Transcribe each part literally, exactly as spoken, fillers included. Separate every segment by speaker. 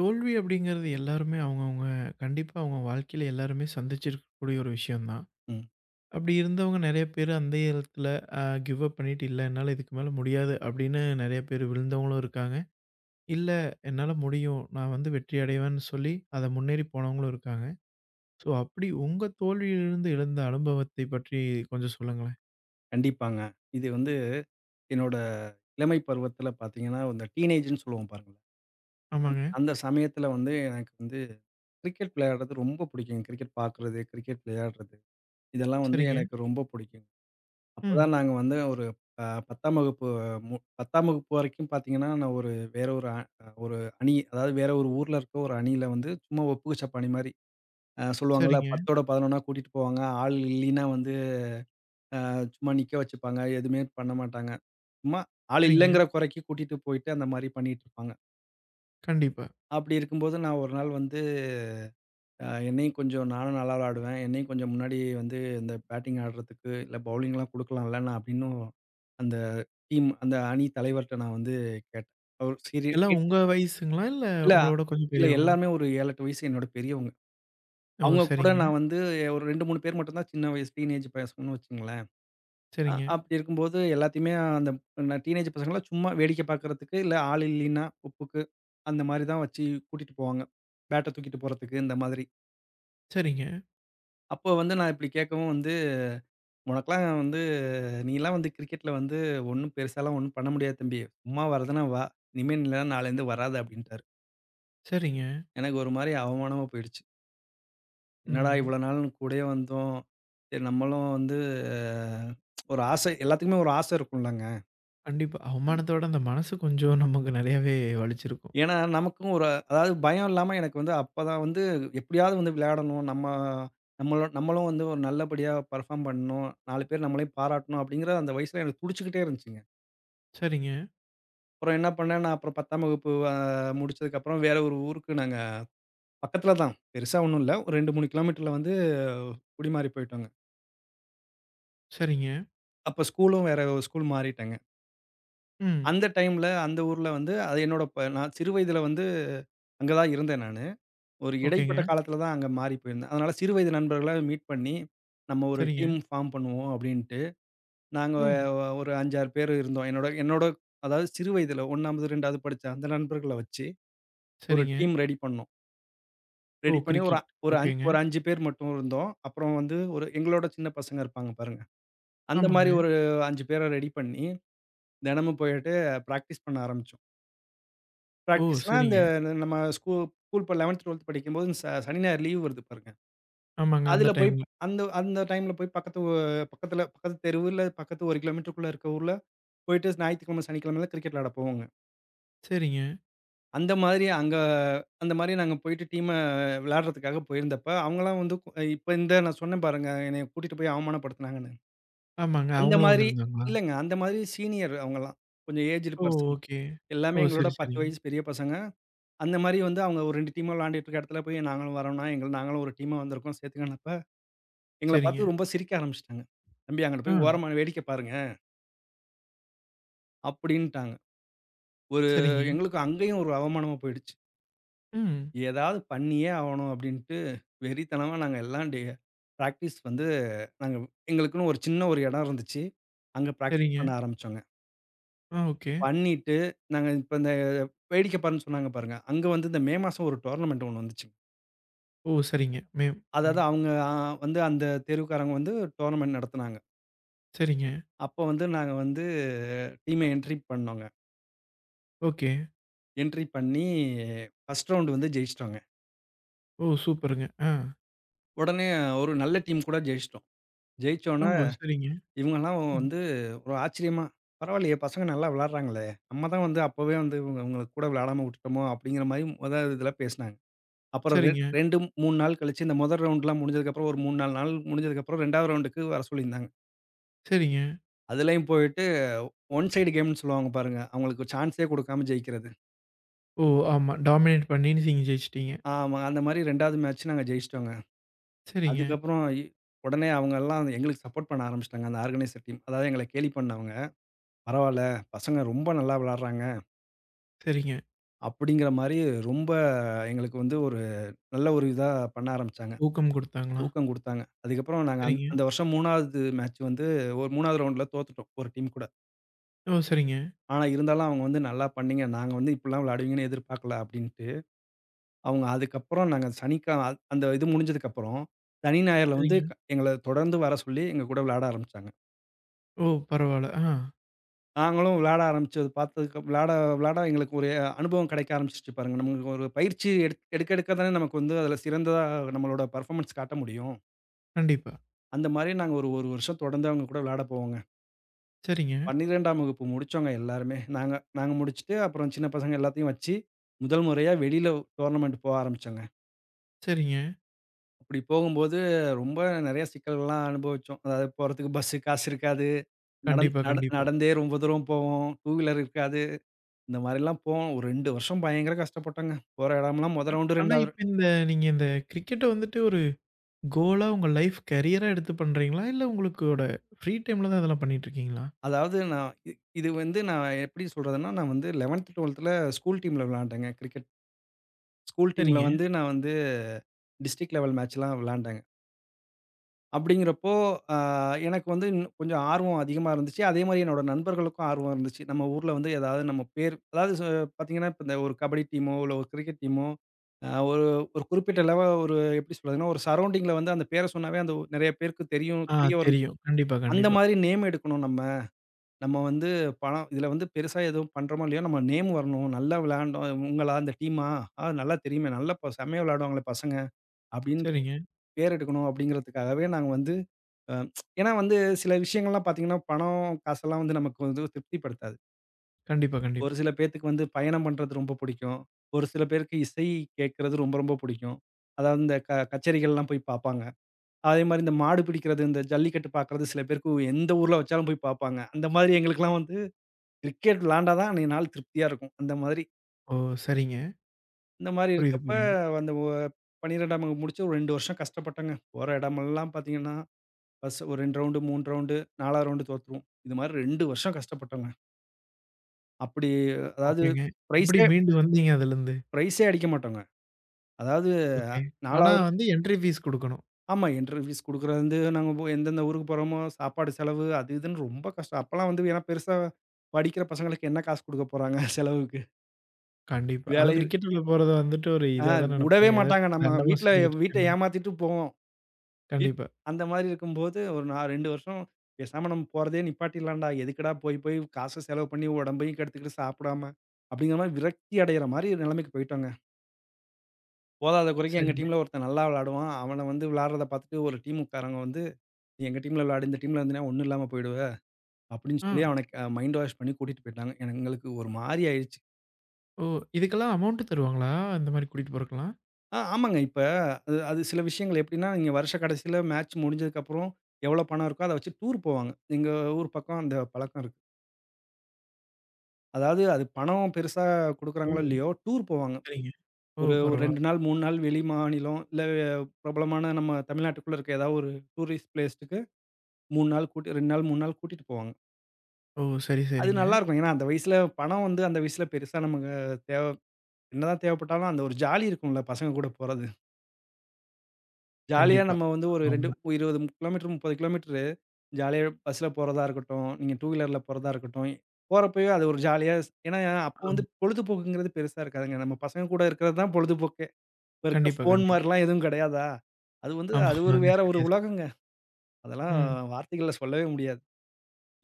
Speaker 1: தோல்வி அப்படிங்கிறது எல்லாருமே அவங்கவங்க கண்டிப்பா அவங்க வாழ்க்கையில எல்லாருமே சந்திச்சிருக்கக்கூடிய ஒரு விஷயம் தான்.
Speaker 2: ம்.
Speaker 1: அப்படி இருந்தவங்க நெறைய பேரு அந்த இடத்துல அ கிவ் அப் பண்ணிட்டு, "இல்ல என்னால இதுக்கு மேல முடியாது" அப்படின்னு நெறைய பேர் விழுந்தவங்களும் இருக்காங்க. "இல்ல என்னால முடியும். நான் வந்து வெற்றி அடைவேன்னு" சொல்லி அத முன்னேறி போனவங்களும் இருக்காங்க. ஸோ அப்படி உங்க தோல்வியிலிருந்து எழுந்த அனுபவத்தை பற்றி கொஞ்சம் சொல்லுங்களேன்.
Speaker 2: கண்டிப்பாங்க. இது வந்து என்னோட இளமை பருவத்தில பார்த்தீங்கன்னா, இந்த டீனேஜ்ன்னு சொல்லுவோம் பாருங்களேன்.
Speaker 1: ஆமாங்க.
Speaker 2: அந்த சமயத்தில வந்து எனக்கு வந்து கிரிக்கெட் விளையாடுறது ரொம்ப பிடிக்குங்க. கிரிக்கெட் பார்க்குறது, கிரிக்கெட் விளையாடுறது இதெல்லாம் வந்து
Speaker 1: சரிங்க.
Speaker 2: எனக்கு ரொம்ப பிடிக்குங்க.
Speaker 1: ம்.
Speaker 2: அப்பதான் நாங்க வந்து ஒரு அ 10ஆம் வகுப்பு மு 10ஆம் வகுப்பு வரைக்கும் பார்த்தீங்கன்னா, நான் ஒரு வேற ஒரு அ ஒரு அணி, அதாவது வேற ஒரு ஊர்ல இருக்க ஒரு அணியில வந்து சும்மா ஒப்புகச்சப் அணி மாரி. அ சொல்லுவாங்கல்ல,
Speaker 1: சரிங்க,
Speaker 2: 10ஓட 11ஆ கூட்டிட்டு போவாங்க. ஆள் இல்லைன்னா வந்து அஹ், சும்மா நிக்க வச்சுப்பாங்க. எதுவுமே பண்ண மாட்டாங்க. சும்மா ஆள்
Speaker 1: சரிங்க.
Speaker 2: இல்லங்கிற குறைக்கு கூட்டிட்டு போயிட்டு அந்த மாரி பண்ணிட்டு இருப்பாங்க.
Speaker 1: கண்டிப்பா.
Speaker 2: அப்படி இருக்கும்போது நான் ஒரு நாள் வந்து அ என்னையும் கொஞ்சம் நானும் நல்லா விளையாடுவேன். என்னையும் கொஞ்சம் முன்னாடி வந்து இந்த பேட்டிங் ஆடுறதுக்கு இல்ல பவுலிங்லாம் குடுக்கலாம்ல நான் அப்படின்னு அந்த டீம் அந்த அணி தலைவர்ட்ட நான் வந்து கேட்டேன். அவர் சரி
Speaker 1: எல்லாம் உங்க வயசுங்களா? இல்ல
Speaker 2: இல்ல
Speaker 1: உங்களோட கொஞ்சம்
Speaker 2: இல்ல,
Speaker 1: பெரியவங்களா?
Speaker 2: எல்லாருமே ஒரு ஏழு, எட்டு வயசு என்னோட பெரியவங்க.
Speaker 1: ஓ!
Speaker 2: அவங்க கூட
Speaker 1: சரிங்க,
Speaker 2: நான் வந்து ஒரு ரெண்டு, மூணு பேர் மட்டும் தான் சின்ன வயசு டீனேஜ் பசங்கன்னு வச்சுங்களேன். அ
Speaker 1: சரிங்க.
Speaker 2: அப்படி இருக்கும்போது எல்லாத்தையுமே அந்த ந டீனேஜ் பசங்கலாம் சும்மா வேடிக்கை பார்க்கறதுக்கு, இல்ல ஆள் இல்லைன்னா ஒப்புக்கு, அந்த மாரி தான் வச்சு கூட்டிட்டு போவாங்க. பேட்ட தூக்கிட்டு போறதுக்கு இந்த மாதிரி.
Speaker 1: சரிங்க,
Speaker 2: அப்போ வந்து நான் இப்படி கேட்கவும் வந்து, "உனக்கெல்லாம் வந்து நீலாம் வந்து கிரிக்கெட்ல வந்து ஒண்ணும் பெருசாலாம் ஒண்ணும் பண்ண முடியாது தம்பி. சும்மா வர்றதுனா வா. இனிமே நீ இல்லைன்னா நாளைலருந்து வராத" அப்படின்ட்டாரு.
Speaker 1: சரிங்க.
Speaker 2: எனக்கு ஒரு மாரி அவமானமா போயிடுச்சு. என்னடா
Speaker 1: ம்.
Speaker 2: இவ்வளோ நாள் கூடயே வந்தோம். சரி நம்மளும் வந்து ஒரு ஆசை, எல்லாத்துக்குமே ஒரு ஆசை இருக்கும்லங்க.
Speaker 1: கண்டிப்பா. அவமானத்தோட அந்த மனசு கொஞ்சம் நமக்கு நெறையாவே வலிச்சிருக்கும்.
Speaker 2: ஏன்னா, நமக்கும் ஒரு அதாவது பயம் இல்லாம எனக்கு வந்து அப்பதான் வந்து எப்படியாவது வந்து விளையாடணும். நம்ம நம்மளும் நம்மளும் வந்து ஒரு நல்லபடியா பெர்ஃபார்ம் பண்ணணும். நாலு பேர் நம்மளையும் பாராட்டணும் அப்படிங்கிற அந்த வயசுல எனக்கு துடிச்சுக்கிட்டே இருந்துச்சுங்க.
Speaker 1: சரிங்க,
Speaker 2: அப்புறம் என்ன பண்ணேன், நான் அப்புறம் 10ஆம் வகுப்பு அ முடிச்சதுக்கப்புறம் வேற ஒரு ஊருக்கு நாங்க பக்கத்துல தான். பெருசா ஒண்ணும் இல்ல. ஒரு ரெண்டு, மூணு கிலோமீட்டர்ல வந்து குடிமாறி போயிட்டோங்க.
Speaker 1: சரிங்க.
Speaker 2: அப்ப ஸ்கூலும் வேற ஒரு ஸ்கூல் மாறிட்டேங்க.
Speaker 1: ம்.
Speaker 2: அந்த டைம்ல அந்த ஊர்ல வந்து அது என்னோட ப நான் சிறு வயதுல வந்து அங்க தான் இருந்தேன் நானு. ஒரு
Speaker 1: ஓகேங்க.
Speaker 2: இடைப்பட்ட காலத்தில தான் அங்க மாறி போயிருந்தேன். அதனால சிறு வயது நண்பர்கள மீட் பண்ணி, நம்ம ஒரு
Speaker 1: சரிங்க.
Speaker 2: டீம் ஃபார்ம் பண்ணுவோம் அப்படின்ட்டு, நாங்க
Speaker 1: ம்.
Speaker 2: ஒ- ஒரு அஞ்சு, ஆறு பேர் இருந்தோம். என்னோட என்னோட அதாவது சிறு வயதில 1வது, 2வது படிச்ச அந்த நண்பர்கள வச்சு ஒரு
Speaker 1: சரிங்க.
Speaker 2: டீம் ரெடி பண்ணோம்.
Speaker 1: ஓ!
Speaker 2: ரெடி பண்ணி ஒரு
Speaker 1: கிரிக்கெட்.
Speaker 2: அ- ஒரு அஞ்
Speaker 1: ஓகேங்க.
Speaker 2: ஒரு அஞ்சு பேர் மட்டும் இருந்தோம். அப்புறம் வந்து ஒரு எங்களோட சின்ன பசங்க இருப்பாங்க பாருங்க. அந்த மாரி
Speaker 1: ஆமாங்க.
Speaker 2: ஒரு அஞ்சு பேர ரெடி பண்ணி, தினமும் போயிட்டு பிராக்டிஸ் பண்ண ஆரம்பிச்சோம்.
Speaker 1: ஓ!
Speaker 2: பிராக்டிஸ்னா இந்த
Speaker 1: சரிங்க.
Speaker 2: நம்ம ஸ்கூ ஸ்கூல் இப்ப 11த், 12த் படிக்கும்போது ச சனி, ஞாயிறு லீவ் வருது பாருங்க.
Speaker 1: ஆமாங்க.
Speaker 2: அதுல
Speaker 1: அந்த
Speaker 2: போய்
Speaker 1: டைம்ல.
Speaker 2: அந்த அந்த டைம்ல போய் பக்கத்து ஊ பக்கத்துல பக்கத்து தெருவுல, பக்கத்து ஒரு கிலோமீட்டருக்குள்ள இருக்க ஊர்ல போயிட்டு ஞாயித்துக்கிழமை, சனிக்கிழமைலாம் கிரிக்கெட் விளையாட போவோங்க.
Speaker 1: சரிங்க.
Speaker 2: அந்த மாதிரி அங்க அந்த மாதிரி நாங்க போயிட்டு டீம விளையாடுறதுக்காக போயிருந்தப்ப, அவங்கலாம் வந்து கு இப்ப இந்த நான் சொன்னேன் பாருங்க, என்னைய கூட்டிட்டு போய் அவமானப்படுத்துனாங்கன்னு.
Speaker 1: ஆமாங்க.
Speaker 2: அந்த
Speaker 1: அவங்களும்
Speaker 2: மாதிரி
Speaker 1: வந்திருந்தாங்களா?
Speaker 2: இல்லங்க. அந்த மாதிரி சீனியர் அவங்கலாம். கொஞ்சம் ஏஜ்டு
Speaker 1: ஓ!
Speaker 2: பெர்சன்.
Speaker 1: ஓகே.
Speaker 2: எல்லாமே
Speaker 1: ஓ!
Speaker 2: எங்களோட
Speaker 1: சரி,
Speaker 2: பத்து
Speaker 1: சரிங்க.
Speaker 2: வயசு பெரிய பசங்க. அந்த மாரி வந்து அவங்க ஒரு ரெண்டு டீமா விளையாண்டுட்டு இருக்க இடத்துல போய் நாங்களும் வரோம்னா, எங்கள நாங்களும் ஒரு டீமா வந்திருக்கோம் சேர்த்துக்கங்கன்னப்ப எங்கள
Speaker 1: சரிங்க.
Speaker 2: பார்த்து ரொம்ப சிரிக்க ஆரம்பிச்சுட்டாங்க. "தம்பி அங்கிட்டு
Speaker 1: ஆ.
Speaker 2: போய் ஓரமா வேடிக்கை பாருங்க" அப்படின்ட்டாங்க. ஒரு
Speaker 1: சரிங்க.
Speaker 2: எங்களுக்கு அங்கேயும் ஒரு அவமானமா போயிடுச்சு.
Speaker 1: ம்.
Speaker 2: ஏதாவது பண்ணியே ஆவணும் அப்படின்ட்டு வெறித்தனமா நாங்க எல்லாம் டே பிராக்டிஸ் வந்து நாங்க எங்களுக்குன்னு ஒரு சின்ன ஒரு இடம் இருந்துச்சு. அங்க பிராக்டிஸ்
Speaker 1: சரிங்க.
Speaker 2: பண்ண ஆரம்பிச்சோங்க.
Speaker 1: ஆ ஓகே.
Speaker 2: பண்ணிட்டு நாங்க இப்ப இந்த வேடிக்கை பாருன்னு சொன்னாங்க பாருங்க. அங்க வந்து இந்த மே மாசம் ஒரு டோர்னமெண்ட் ஒண்ணு வந்துச்சுங்க.
Speaker 1: ஓ! சரிங்க. மேம்.
Speaker 2: அதாவது
Speaker 1: ம்.
Speaker 2: அவங்க அ வந்து அந்த தெருவுக்காரங்க வந்து டோர்னமெண்ட் நடத்துனாங்க.
Speaker 1: சரிங்க.
Speaker 2: அப்ப வந்து நாங்க வந்து டீம் என்ட்ரி பண்ணோங்க.
Speaker 1: ஓகே.
Speaker 2: என்ட்ரி பண்ணி ஃபர்ஸ்ட் ரவுண்ட் வந்து ஜெயிச்சுட்டோங்க.
Speaker 1: ஓ! சூப்பருங்க. ஆ.
Speaker 2: உடனே ஒரு நல்ல டீம் கூட ஜெயிச்சுட்டோம்.
Speaker 1: ஓ!
Speaker 2: ஜெயிச்சோன்ன
Speaker 1: சரிங்க.
Speaker 2: இவங்கலாம்
Speaker 1: ம்.
Speaker 2: வந்து ஒரு ஆச்சரியமா, "பரவாயில்லையே பசங்க நல்லா விளையாடுறாங்களே! நம்ம தான் வந்து அப்பவே வந்து இவங்க இவங்கள கூட விளையாடாம விட்டுட்டோமோ!" அப்படிங்கிற மாரி மொத இதுல பேசுனாங்க. அப்புறம் ரெ
Speaker 1: சரிங்க,
Speaker 2: ரெண்டு, மூணு நாள் கழிச்சு இந்த முதல் ரவுண்ட்லாம் முடிஞ்சதுக்கப்புறம் ஒரு மூணு, நாலு நாள் முடிஞ்சதுக்கப்புறம் 2வது ரவுண்டுக்கு வர சொல்லியிருந்தாங்க.
Speaker 1: சரிங்க.
Speaker 2: அதுலயும் போயிட்டு ஒன் சைடு கேம்ன்னு சொல்லுவாங்க பாருங்க. அவங்களுக்கு சான்ஸே குடுக்காம ஜெயிக்கிறது.
Speaker 1: ஓ! ஆமா. டாமினேட் பண்ணி நீங்க ஜெயிச்சுட்டீங்க.
Speaker 2: ஆமா அந்த மாரி 2வது மேட்ச் நாங்க ஜெயிச்சுட்டோங்க.
Speaker 1: சரிங்க,
Speaker 2: அதுக்கப்புறம் இ உடனே அவங்க எல்லாம் எங்களுக்கு சப்போர்ட் பண்ண ஆரம்பிச்சுட்டாங்க. அந்த ஆர்கனைசர் டீம். அதாவது எங்கள கேலி பண்ணவங்க, "பரவால்ல, பசங்க ரொம்ப நல்லா விளையாடுறாங்க."
Speaker 1: சரிங்க.
Speaker 2: அப்படிங்கிற மாரி ரொம்ப எங்களுக்கு வந்து ஒரு நல்ல ஒரு இதா பண்ண ஆரம்பிச்சாங்க.
Speaker 1: ஊக்கம் குடுத்தாங்களா?
Speaker 2: ஊக்கம் குடுத்தாங்க. அதுக்கப்புறம் நாங்க அந்
Speaker 1: சரிங்க.
Speaker 2: அந்த வருஷம் 3வது மேட்ச் வந்து ஒரு 3வது ரவுண்ட்ல தோத்துட்டோம், ஒரு டீம் கூட.
Speaker 1: ஓ! சரிங்க,
Speaker 2: ஆனா இருந்தாலும் அவங்க வந்து, "நல்லா பண்ணீங்க. நாங்க வந்து இப்படிலாம் விளையாடுவீங்கன்னு எதிர்பார்க்கல." அப்படின்ட்டு அவங்க அதுக்கப்புறம் நாங்க சனிக்கா அந்த இது முடிஞ்சதுக்கப்புறம், சனி, ஞாயிறுல வந்து
Speaker 1: சரிங்க.
Speaker 2: க எங்கள தொடர்ந்து வர சொல்லி எங்க கூட விளையாட ஆரம்பிச்சாங்க.
Speaker 1: ஓ! பரவால்ல. ஆ.
Speaker 2: நாங்களும் விளையாட ஆரம்பிச்சது பார்த்ததுக்கு விளையாட விளையாட எங்களுக்கு ஒரு அனுபவம் கிடைக்க ஆரம்பிச்சுருச்சு பாருங்க. நமக்கு ஒரு பயிற்சி எடுக் எடுக்க எடுக்க தானே நமக்கு வந்து அதில சிறந்ததா நம்மளோட பெர்ஃபார்மன்ஸ் காட்ட முடியும்.
Speaker 1: கண்டிப்பா.
Speaker 2: அந்த மாரி நாங்க ஒரு 1 வருஷம் தொடர்ந்து அவங்க கூட விளையாட போவோங்க.
Speaker 1: சரிங்க,
Speaker 2: 12ஆம் வகுப்பு முடிச்சோங்க எல்லாருமே. நாங்க நாங்க முடிச்சுட்டு அப்புறம் சின்ன பசங்க எல்லாத்தையும் வச்சு, முதல் முறையா வெளியில டோர்னமெண்ட் போக ஆரம்பிச்சோங்க.
Speaker 1: சரிங்க.
Speaker 2: அப்படி போகும்போது ரொம்ப நெறைய சிக்கல்கள்லாம் அனுபவிச்சோம். அதாவது போறதுக்கு பஸ்ஸு காசு இருக்காது. நடந்
Speaker 1: கண்டிப்பா,
Speaker 2: நட
Speaker 1: கண்டிப்பா.
Speaker 2: நடந்தே ரொம்ப தூரம் போவோம். டூ வீலர் இருக்காது. இந்த மாரிலாம் போவோம். ஒரு ரெண்டு வருஷம் பயங்கர கஷ்டப்பட்டோங்க. போற இடமெல்லாம் மொத ரவுண்டு
Speaker 1: ஆனா
Speaker 2: 2வது
Speaker 1: இப்ப இந்த நீங்க இந்த கிரிக்கெட்ட வந்துட்டு ஒரு கோலா உங்க லைஃப் கேரியரா எடுத்து பண்றீங்களா? இல்ல உங்களுக்கோட ஃப்ரீ டைம்ல தான் இதெல்லாம் பண்ணிட்டு இருக்கீங்களா?
Speaker 2: அதாவது நான் இ இது வந்து நான் எப்படி சொல்றதுன்னா, நான் வந்து 11த், 12த்ல ஸ்கூல் டீம்ல விளையாண்டேங்க கிரிக்கெட். ஸ்கூல் டீம்ல
Speaker 1: சரிங்க.
Speaker 2: வந்து நான் வந்து டிஸ்ட்ரிக்ட் லெவல் மேட்ச்லாம் விளையாண்டேங்க. அப்படிங்கிறப்போ அ எனக்கு வந்து இன்னும் கொஞ்சம் ஆர்வம் அதிகமா இருந்துச்சு. அதே மாரி என்னோட நண்பர்களுக்கும் ஆர்வம் இருந்துச்சு. நம்ம ஊர்ல வந்து ஏதாவது நம்ம பேர் அதாவது ச பார்த்தீங்கன்னா, இப்ப இந்த ஒரு கபடி டீமோ, இல்ல ஒரு கிரிக்கெட் டீமோ, அ ஒரு ஒரு குறிப்பிட்ட லெவல் ஒரு எப்படி சொல்றதுன்னா, ஒரு சரவுண்டிங்ல வந்து அந்த பேர சொன்னாவே அந்த நிறைய பேருக்கு தெரியும்.
Speaker 1: ஆ
Speaker 2: தெரிய வரும்.
Speaker 1: தெரியும். கண்டிப்பா,
Speaker 2: அந்த
Speaker 1: கண்டிப்பா.
Speaker 2: மாதிரி நேம் எடுக்கணும் நம்ம. நம்ம வந்து பணம் இதில வந்து பெருசா எதுவும் பண்றோமோ இல்லையோ, நம்ம நேம் வரணும். நல்லா விளையாண்டோம். இவங்களா இந்த டீமா? ஆ நல்லா தெரியுமே! நல்லா ப செம்மையா விளையாடுவாங்களே பசங்க. அப்படின்னு
Speaker 1: சரிங்க.
Speaker 2: பேர் எடுக்கணும் அப்படிங்கிறதுக்காகவே நாங்க வந்து அ ஏன்னா வந்து சில விஷயங்கள்லாம் பார்த்தீங்கன்னா, பணம், காசெல்லாம் வந்து நமக்கு வந்து திருப்திப்படுத்தாது.
Speaker 1: கண்டிப்பா,
Speaker 2: ஒரு
Speaker 1: கண்டிப்பா.
Speaker 2: சில பேத்துக்கு வந்து பயணம் பண்றது ரொம்ப புடிக்கும். ஒரு சில பேருக்கு இசை கேட்கறது ரொம்ப ரொம்ப புடிக்கும். அதாவது இந்த க கச்சேரிகள்லாம் போய் பார்ப்பாங்க. அதே மாரி இந்த மாடு பிடிக்கிறது, இந்த ஜல்லிக்கட்டு பார்க்கறது சில பேருக்கு எந்த ஊர்ல வச்சாலும் போய் பார்ப்பாங்க. அந்த மாதிரி எங்களுக்கெல்லாம் வந்து கிரிக்கெட் விளாண்டா தான் அன்னைய நாள் திருப்தியா இருக்கும். அந்த மாதிரி.
Speaker 1: ஓ! சரிங்க.
Speaker 2: இந்த மாதிரி
Speaker 1: புரியுது,
Speaker 2: இருக்கப்ப
Speaker 1: புரியுது.
Speaker 2: அந்த ஒ 12ஆம் வகுப்பு முடிச்சு ஒரு ரெண்டு வருஷம் கஷ்டப்பட்டேங்க. போற இடமெல்லாம் பார்த்தீங்கன்னா, பஸ் ஒரு ரெண்டு ரவுண்டு, மூணு ரவுண்டு, நாலு ரவுண்டு தோத்துருவோம். இது மாதிரி ரெண்டு வருஷம் கஷ்டப்பட்டோங்க. அப்படி அதாவது
Speaker 1: ஓகேங்க. எப்படி
Speaker 2: பிரைஸே
Speaker 1: மீண்டு வந்தீங்க அதுலருந்து?
Speaker 2: பிரைஸே அடிக்க மாட்டோங்க. அதாவது
Speaker 1: ஓகே. ஆனா
Speaker 2: 4வது
Speaker 1: வந்து என்ட்ரி ஃபீஸ் குடுக்கணும்.
Speaker 2: ஆமா. என்ட்ரி ஃபீஸ் குடுக்குறது வந்து, நாங்க போ எந்தெந்த ஊருக்கு போறோமோ, சாப்பாடு செலவு அது இதுன்னு ரொம்ப கஷ்டம். அப்பலாம் வந்து ஏன்னா பெருசா படிக்கிற பசங்களுக்கு என்ன காசு குடுக்க போறாங்க செலவுக்கு.
Speaker 1: கண்டிப்பா.
Speaker 2: வேலை
Speaker 1: அதுவும்
Speaker 2: இரு-
Speaker 1: கிரிக்கெட் உள்ள போறது வந்துட்டு ஒரு
Speaker 2: ஆ
Speaker 1: இதா தான்
Speaker 2: உடவே
Speaker 1: நெனப்பாங்க. ஏதோ
Speaker 2: மாட்டாங்க. நம்ம
Speaker 1: தண்டமா
Speaker 2: வீட்ல
Speaker 1: சுத்திக்கிட்டு
Speaker 2: வீட்ட
Speaker 1: இருக்காங்க.
Speaker 2: ஏமாத்திட்டு போவோம். வீட்
Speaker 1: கண்டிப்பா.
Speaker 2: அந்த மாரி இருக்கும்போது, ஒரு நா ரெண்டு வருஷம் பேசாம நம்ம போறதே நிப்பாட்டிடலாம்டா. எதுக்குடா போய் போய் காச செலவு பண்ணி உடம்பையும் கெடுத்துக்கிட்டு சாப்பிடாம, அப்படிங்கிற மாரி விரக்தி அடையிற மாரி நிலைமைக்கு போயிட்டோங்க. போதாத குறைக்கு எங்க
Speaker 1: சரிங்க.
Speaker 2: டீம்ல ஒருத்தன் நல்லா விளையாடுவான். அவன வந்து விளையாடுறத பார்த்துட்டு ஒரு டீமுக்காரங்க வந்து, "நீ எங்க டீம்ல விளையாடு. இந்த டீம்ல இருந்தீன்னா ஒண்ணும் இல்லாம போயிடுவ." அப்படின்னு
Speaker 1: ஆ.
Speaker 2: சொல்லி அவனுக்கு அ மைண்ட் வாஷ் பண்ணி கூட்டிட்டு போயிட்டாங்க. எனக்கு- எங்களுக்கு ஒரு மாரி ஆயிடுச்சு.
Speaker 1: ஓ! இதுக்கெல்லாம் அமௌண்ட் தருவாங்களா? இந்த மாரி கூட்டிட்டு போறக்கலாம்?
Speaker 2: ஆ ஆமாங்க. இப்ப அது அது சில விஷயங்கள் எப்படின்னா, நீங்க வருஷ கடைசியில மேட்ச் முடிஞ்சதுக்கப்புறம் எவ்வளோ பணம் இருக்கோ, அத வச்சு டூர் போவாங்க. எங்க ஊர் பக்கம் அந்த பழக்கம் இருக்கு. அதாவது அது பணம் பெருசா
Speaker 1: ஓ!
Speaker 2: குடுக்குறாங்களோ இல்லையோ, டூர் போவாங்க.
Speaker 1: சரிங்க. ஓ!
Speaker 2: ஒரு ஒரு ரெண்டு
Speaker 1: பரவால்ல.
Speaker 2: நாள், மூணு நாள் வெளி மாநிலம், இல்ல பிரபலமான நம்ம தமிழ்நாட்டுக்குள்ள இருக்க ஏதாவது ஒரு டூரிஸ்ட் பிளேஸ்க்கு மூணு நாள் கூட்டி ரெண்டு நாள், மூணு நாள் கூட்டிட்டு போவாங்க.
Speaker 1: ஓ! சரி,
Speaker 2: அது
Speaker 1: சரிங்க.
Speaker 2: நல்லாருக்கும். ஏன்னா, அந்த வயசுல பணம் வந்து அந்த வயசுல பெருசா நமக்கு தேவ என்னதான் தேவைப்பட்டாலும் அந்த ஒரு ஜாலி இருக்கும்ல பசங்க கூட போறது. ஜாலியா
Speaker 1: கண்டிப்பா.
Speaker 2: நம்ம வந்து ஒரு
Speaker 1: அதான்
Speaker 2: 2
Speaker 1: உண்ம.
Speaker 2: இருபது கிலோமீட்டர், முப்பது கிலோமீட்டரு ஜாலியா பஸ்ல போறதா இருக்கட்டும், நீங்க ரெண்டு வீலர்ல போறதா இருக்கட்டும், போறப்பயே அது ஒரு ஜாலியா ஸ் ஏன்னா அப்போ வந்து
Speaker 1: ஆமா.
Speaker 2: பொழுதுபோக்குங்கிறது பெருசா இருக்காதுங்க. நம்ம பசங்க கூட இருக்கிறது தான் பொழுதுபோக்கே. இப்ப இருக்க
Speaker 1: கண்டிப்பா,
Speaker 2: ஃபோன்
Speaker 1: கண்டிப்பா.
Speaker 2: மாரிலாம் எதுவும் கிடையாதா? அது வந்து
Speaker 1: ஆமா,
Speaker 2: அது ஒரு
Speaker 1: ஆமாங்க.
Speaker 2: வேற ஒரு
Speaker 1: சரியா சொன்
Speaker 2: உலகங்க. அதெல்லாம்
Speaker 1: ம்.
Speaker 2: வார்த்தைகள்ல சொல்லவே முடியாது.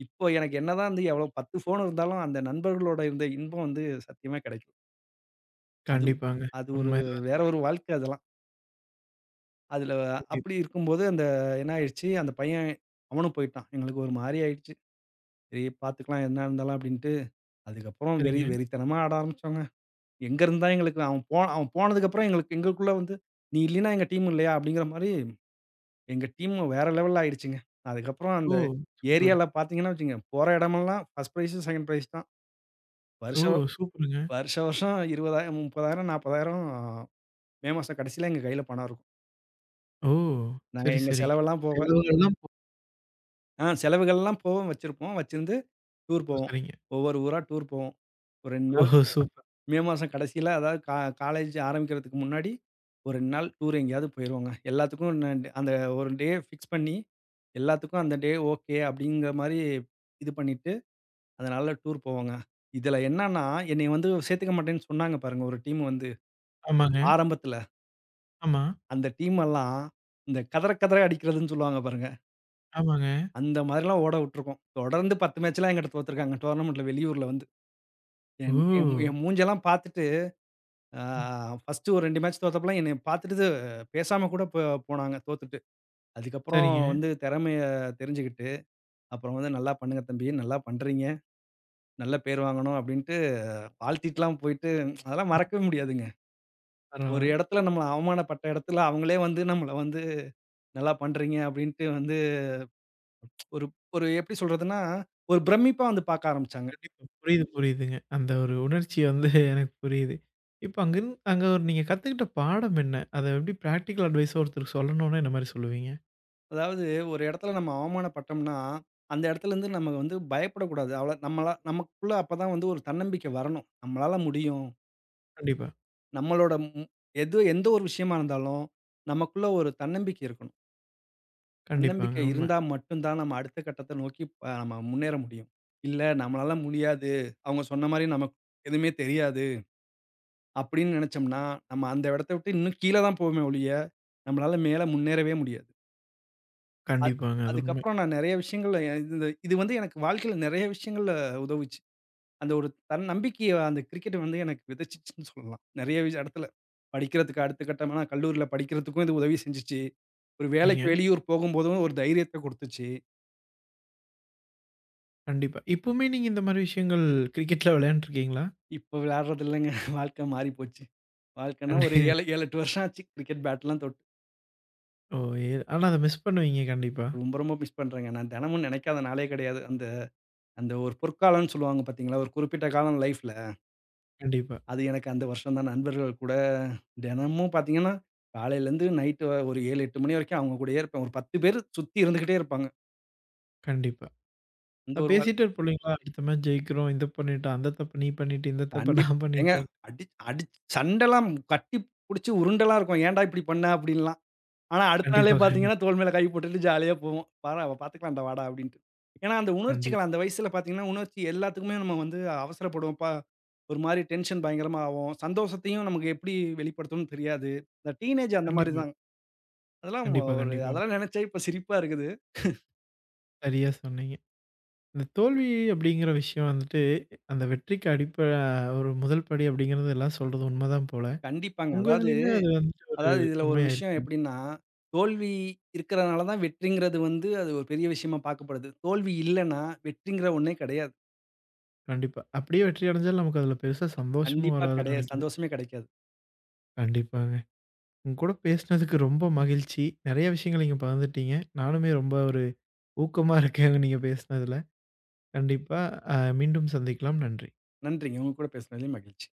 Speaker 2: இப்போ எனக்கு என்னதான் வந்து எவ்வளோ பத்து ஃபோன் இருந்தாலும் அந்த நண்பர்களோட இருந்த இன்பம் வந்து சத்தியமா கிடைக்கல. அது
Speaker 1: கண்டிப்பாங்க.
Speaker 2: அது ஒரு
Speaker 1: உண்மைதான்.
Speaker 2: வேற ஒரு வாழ்க்கை அதெல்லாம். அதுல
Speaker 1: கண்டிப்
Speaker 2: அப்படி இருக்கும்போது அந்த என்ன ஆயிடுச்சு, அந்த பையன் அவனும் போயிட்டான். எங்களுக்கு ஒரு மாரி ஆயிடுச்சு. சரி பார்த்துக்கலாம் என்ன இருந்தாலும் அப்படின்ட்டு, அதுக்கப்புறம் வெறி
Speaker 1: சரிங்க.
Speaker 2: வெறித்தனமா ஆட ஆரம்பிச்சோங்க. எங்க இருந்தா எங்களுக்கு அவன் போ அவன் போனதுக்கப்புறம் எங்களுக்கு எங்களுக்குள்ள வந்து, "நீ இல்லைன்னா எங்க டீம் இல்லையா?" அப்படிங்கிற மாரி எங்க டீம் வேற லெவல்ல ஆயிடுச்சுங்க. அதுக்கப்புறம் அந்த
Speaker 1: ஓ! சூப்பர்.
Speaker 2: ஏரியால பார்த்தீங்கன்னா வச்சுக்கங்க, போற இடமெல்லாம் ஃபர்ஸ்ட் பிரைஸ், செகண்ட் பிரைஸ் தான்.
Speaker 1: ஓ!
Speaker 2: வருஷம்
Speaker 1: சூப்பருங்க.
Speaker 2: வருஷம் வருஷம் இருபதாயிரம், முப்பதாயிரம், நாற்பதாயிரம் மே மாசம் கடைசியில எங்க கையில பணம் இருக்கும்.
Speaker 1: ஓ!
Speaker 2: நாங்க
Speaker 1: சரி,
Speaker 2: எங்க
Speaker 1: சரிங்க.
Speaker 2: செலவெல்லாம் போக
Speaker 1: செலவுகள்லாம்
Speaker 2: ஆ செலவுகள்லாம் போவோம் வச்சிருப்போம். வச்சிருந்து டூர் போவோம்.
Speaker 1: சரிங்க.
Speaker 2: ஒவ்வொரு ஊரா டூர் போவோம். ஒரு ரெண்டு நாள்
Speaker 1: ஓஹோ! சூப்பர்.
Speaker 2: மே மாசம் கடைசியில அதாவது கா காலேஜ் ஆரம்பிக்கிறதுக்கு முன்னாடி ஒரு ரெண்டு நாள் டூர் எங்கேயாவது போயிருவோங்க. எல்லாத்துக்கும் ந அந்த ஒரு டே ஃபிக்ஸ் பண்ணி எல்லாத்துக்கும் அந்த டே ஓகே அப்படிங்கிற மாரி இது பண்ணிட்டு, அதனால டூர் போவோங்க. இதுல என்னன்னா, என்னைய வந்து சேர்த்துக்க மாட்டேன்னு சொன்னாங்க பாருங்க ஒரு டீம் வந்து.
Speaker 1: ஆமாங்க.
Speaker 2: ஆரம்பத்துல
Speaker 1: ஆமா,
Speaker 2: அந்த டீம் எல்லாம் இந்த கதற கதற அடிக்கிறதுன்னு சொல்லுவாங்க பாருங்க.
Speaker 1: ஆமாங்க.
Speaker 2: அந்த மாரிலாம் ஓட விட்டுருக்கோம். தொடர்ந்து பத்து மேட்ச்லாம் என்கிட்ட தோத்துருக்காங்க டோர்னமென்ட்ல வெளியூர்ல வந்து. என் என் மூ- என்
Speaker 1: ஓ!
Speaker 2: மூஞ்செல்லாம் பார்த்துட்டு, ஆ
Speaker 1: ம்.
Speaker 2: ஃபர்ஸ்ட்டு ஒரு ரெண்டு மேட்ச் தோத்தப்பலாம் என்னைய பார்த்துட்டு பேசாம கூட போ போனாங்க தோத்துட்டு. அதுக்கப்புறம்
Speaker 1: சரிங்க.
Speaker 2: வந்து திறமைய தெரிஞ்சுக்கிட்டு, அப்புறம் வந்து "நல்லா பண்ணுங்க தம்பி, நல்லா பண்றீங்க. நல்ல பேர் வாங்கணும்" அப்படின்ட்டு வாழ்த்திட்டுலாம் போயிட்டு அதெல்லாம் மறக்கவே முடியாதுங்க. ஒரு
Speaker 1: பரவால்ல.
Speaker 2: இடத்துல நம்மள அவமானப்பட்ட இடத்துல அவங்களே வந்து நம்மள வந்து "நல்லா பண்றீங்க" அப்படின்ட்டு வந்து ஒரு ஒரு எப்படி சொல்றதுன்னா, ஒரு பிரமிப்பா வந்து பார்க்க ஆரம்பிச்சாங்க.
Speaker 1: கண்டிப்பா. புரியுது, புரியுதுங்க. அந்த ஒரு உணர்ச்சி வந்து எனக்கு புரியுது. இப்ப அங்கிருந் அங்க ஒரு நீங்க கத்துக்கிட்ட பாடம் என்ன? அத எப்படி பிராக்டிகல் அட்வைஸா ஒருத்தருக்கு சொல்லணும்னா என்ன மாரி சொல்லுவீங்க?
Speaker 2: அதாவது ஒரு இடத்துல நம்ம அவமானப்பட்டோம்னா, அந்த இடத்துலேருந்து நம்ம வந்து பயப்படக்கூடாது. அவ்வள நம்மளா நமக்குள்ள அப்பதான் வந்து ஒரு தன்னம்பிக்கை வரணும். நம்மளால முடியும்.
Speaker 1: கண்டிப்பா.
Speaker 2: நம்மளோட ம் எது எந்த ஒரு விஷயமா இருந்தாலும், நமக்குள்ள ஒரு தன்னம்பிக்கை இருக்கணும். தன்னம்பிக்கை
Speaker 1: கண்டிப்பாங்க. உண்ம.
Speaker 2: இருந்தா மட்டும் தான் நம்ம அடுத்த கட்டத்த நோக்கி ப நம்ம முன்னேற முடியும். இல்ல நம்மளால முடியாது. அவங்க சொன்ன மாரி நமக்கு எதுவுமே தெரியாது அப்படின்னு நெனைச்சோம்னா, நம்ம அந்த இடத்த விட்டு இன்னும் கீழ தான் போவோமே ஒழிய, நம்மளால மேல முன்னேறவே முடியாது. அத்
Speaker 1: கண்டிப்பாங்க. அது உண்ம.
Speaker 2: அதுக்கப்புறம் நான் நெறைய விஷயங்கள்ல இந்த இது இது வந்து எனக்கு வாழ்க்கையில நெறைய விஷயங்கள்ல உதவுச்சு. அந்த ஒரு தன்னம்பிக்கைய அந்த கிரிக்கெட் வந்து எனக்கு விதைச்சுச்சுன்னு சொல்லலாம். நெறைய விஷ இடத்துல. படிக்கிறதுக்கு அடுத்த கட்டமா நான் கல்லூரியில படிக்கிறதுக்கும் இது உதவி செஞ்சுச்சு. ஒரு வேலைக்கு
Speaker 1: சரிங்க.
Speaker 2: வெளியூர் போகும்போதும் ஒரு தைரியத்த குடுத்துச்சு.
Speaker 1: கண்டிப்பா. இப்பவுமே நீங்க இந்த மாரி விஷயங்கள் கிரிக்கெட்லாம் விளையாண்டுருக்கீங்களா?
Speaker 2: இப்ப விளையாடுறது இல்லங்க. வாழ்க்கை மாறி போச்சு. வாழ்க்கைன்னா ஒரு
Speaker 1: கண்டி
Speaker 2: ஏழு, ஏழு, எட்டு வருஷம் ஆச்சு கிரிக்கெட் பேட்லாம் தொட்டு.
Speaker 1: ஓ! ஏ ஆனா அத மிஸ் பண்ணுவீங்க கண்டிப்பா.
Speaker 2: ரொம்ப ரொம்ப மிஸ் பண்றேங்க. நான் தினமும் நினைக்காத நாளே கிடையாது. அந்த அந்த ஒரு பொற்காலம்னு சொல்லுவாங்க பார்த்தீங்களா? ஒரு குறிப்பிட்ட காலம் லைஃப்ல.
Speaker 1: கண்டிப்பா,
Speaker 2: அது எனக்கு அந்த வருஷம் தான் நண்பர்கள் கூட தினமும் பார்த்தீங்கன்னா, காலையிலேருந்து நைட்டு ஒரு ஏழு, எட்டு மணி வரைக்கும் அவங்க கூடயே இருப்பேன். ஒரு பத்து பேரு சுத்தி இருந்துகிட்டே இருப்பாங்க.
Speaker 1: கண்டிப்பா.
Speaker 2: இந்த
Speaker 1: அ
Speaker 2: ஒரு வாழ்
Speaker 1: பேசிட்டே இருப்போம் இல்லைங்களா? அடுத்த மேட்ச் ஜெயிக்கிறோம். இத பண்ணிட்டோம். அந்த தப்பு நீ பண்ணிட்ட. இந்த தப்ப
Speaker 2: கண்டிப்
Speaker 1: நான்
Speaker 2: ஏங்க
Speaker 1: பண்ணிட்டேன்.
Speaker 2: அடி அடி சண்டைலாம் கட்டி புடிச்சு உருண்டெல்லாம் இருக்கும். ஏன்டா இப்படி பண்ண? அப்படின்லாம். ஆனா அடுத்த நாளே
Speaker 1: கண்டிப்பா, கண்டிப்பா,
Speaker 2: பார்த்தீங்கன்னா, தோள் மேல கை போட்டுட்டு ஜாலியா போவோம். "வாடா பார்த்துக்கலாம்டா வாடா" அப்படின்ட்டு. ஏன்னா அந்த உணர்ச்சிகள்
Speaker 1: கண்டிப்பா,
Speaker 2: அந்த வயசுல பார்த்தீங்கன்னா, உணர்ச்சி எல்லாத்துக்குமே நம்ம வந்து அவசரப்படுவோம். ப ஒரு மாரி டென்ஷன் பயங்கரமா ஆவும். சந்தோஷத்தையும் நமக்கு எப்படி வெளிப்படுத்தணும்னு தெரியாது. இந்த டீனேஜ் அந்த மாரி
Speaker 1: கண்டிப்பா,
Speaker 2: தாங்க. அதெல்லாம்
Speaker 1: கண்டிப்பா,
Speaker 2: ஒரு
Speaker 1: கண்டிப்பாங்க.
Speaker 2: அதெல்லாம் நினைச்சா இப்ப சிரிப்பா இருக்குது.
Speaker 1: சரியா சொன்னீங்க. இந்த தோல்வி அப்படிங்கிற விஷயம் வந்துட்டு, அந்த வெற்றிக்கு அடிப்ப ஒரு முதல் படி அப்படிங்கிறது எல்லாம் சொல்றது உண்மதான் போல.
Speaker 2: கண்டிப்பாங்க.
Speaker 1: உங்க
Speaker 2: அதாவது
Speaker 1: இதுலயுமே அது வந்துட்டு ஒரு
Speaker 2: அதாவது இதுல ஒரு
Speaker 1: உண்மையா
Speaker 2: விஷயம்
Speaker 1: இருக்குங்க.
Speaker 2: எப்படின்னா, தோல்வி இருக்கிறனால தான் வெற்றிங்கிறது வந்து அது ஒரு பெரிய விஷயமா பார்க்கப்படுது. தோல்வி இல்லன்னா வெற்றிங்கிற ஒண்ணே கிடையாது.
Speaker 1: கண்டிப்பா. அப்படியே வெற்றி அடைஞ்சாலும் நமக்கு அதுல பெருசா சந்தோஷமும்
Speaker 2: கண்டிப்பா
Speaker 1: வராதுன்னு
Speaker 2: கிடையாது.
Speaker 1: நெனைக்கிறேன்.
Speaker 2: சந்தோஷமே கிடைக்காது.
Speaker 1: கண்டிப்பாங்க. உங்க கூட பேசினதுக்கு ரொம்ப மகிழ்ச்சி. நெறைய விஷயங்கள் நீங்க பகிர்ந்துட்டீங்க. நானுமே ரொம்ப ஒரு ஊக்கமா இருக்கேன் நீங்க பேசினதுல. கண்டிப்பா. அ மீண்டும் சந்திக்கலாம். நன்றி.
Speaker 2: நன்றிங்க. உங்க கூட பேசினதிலும் மகிழ்ச்சி.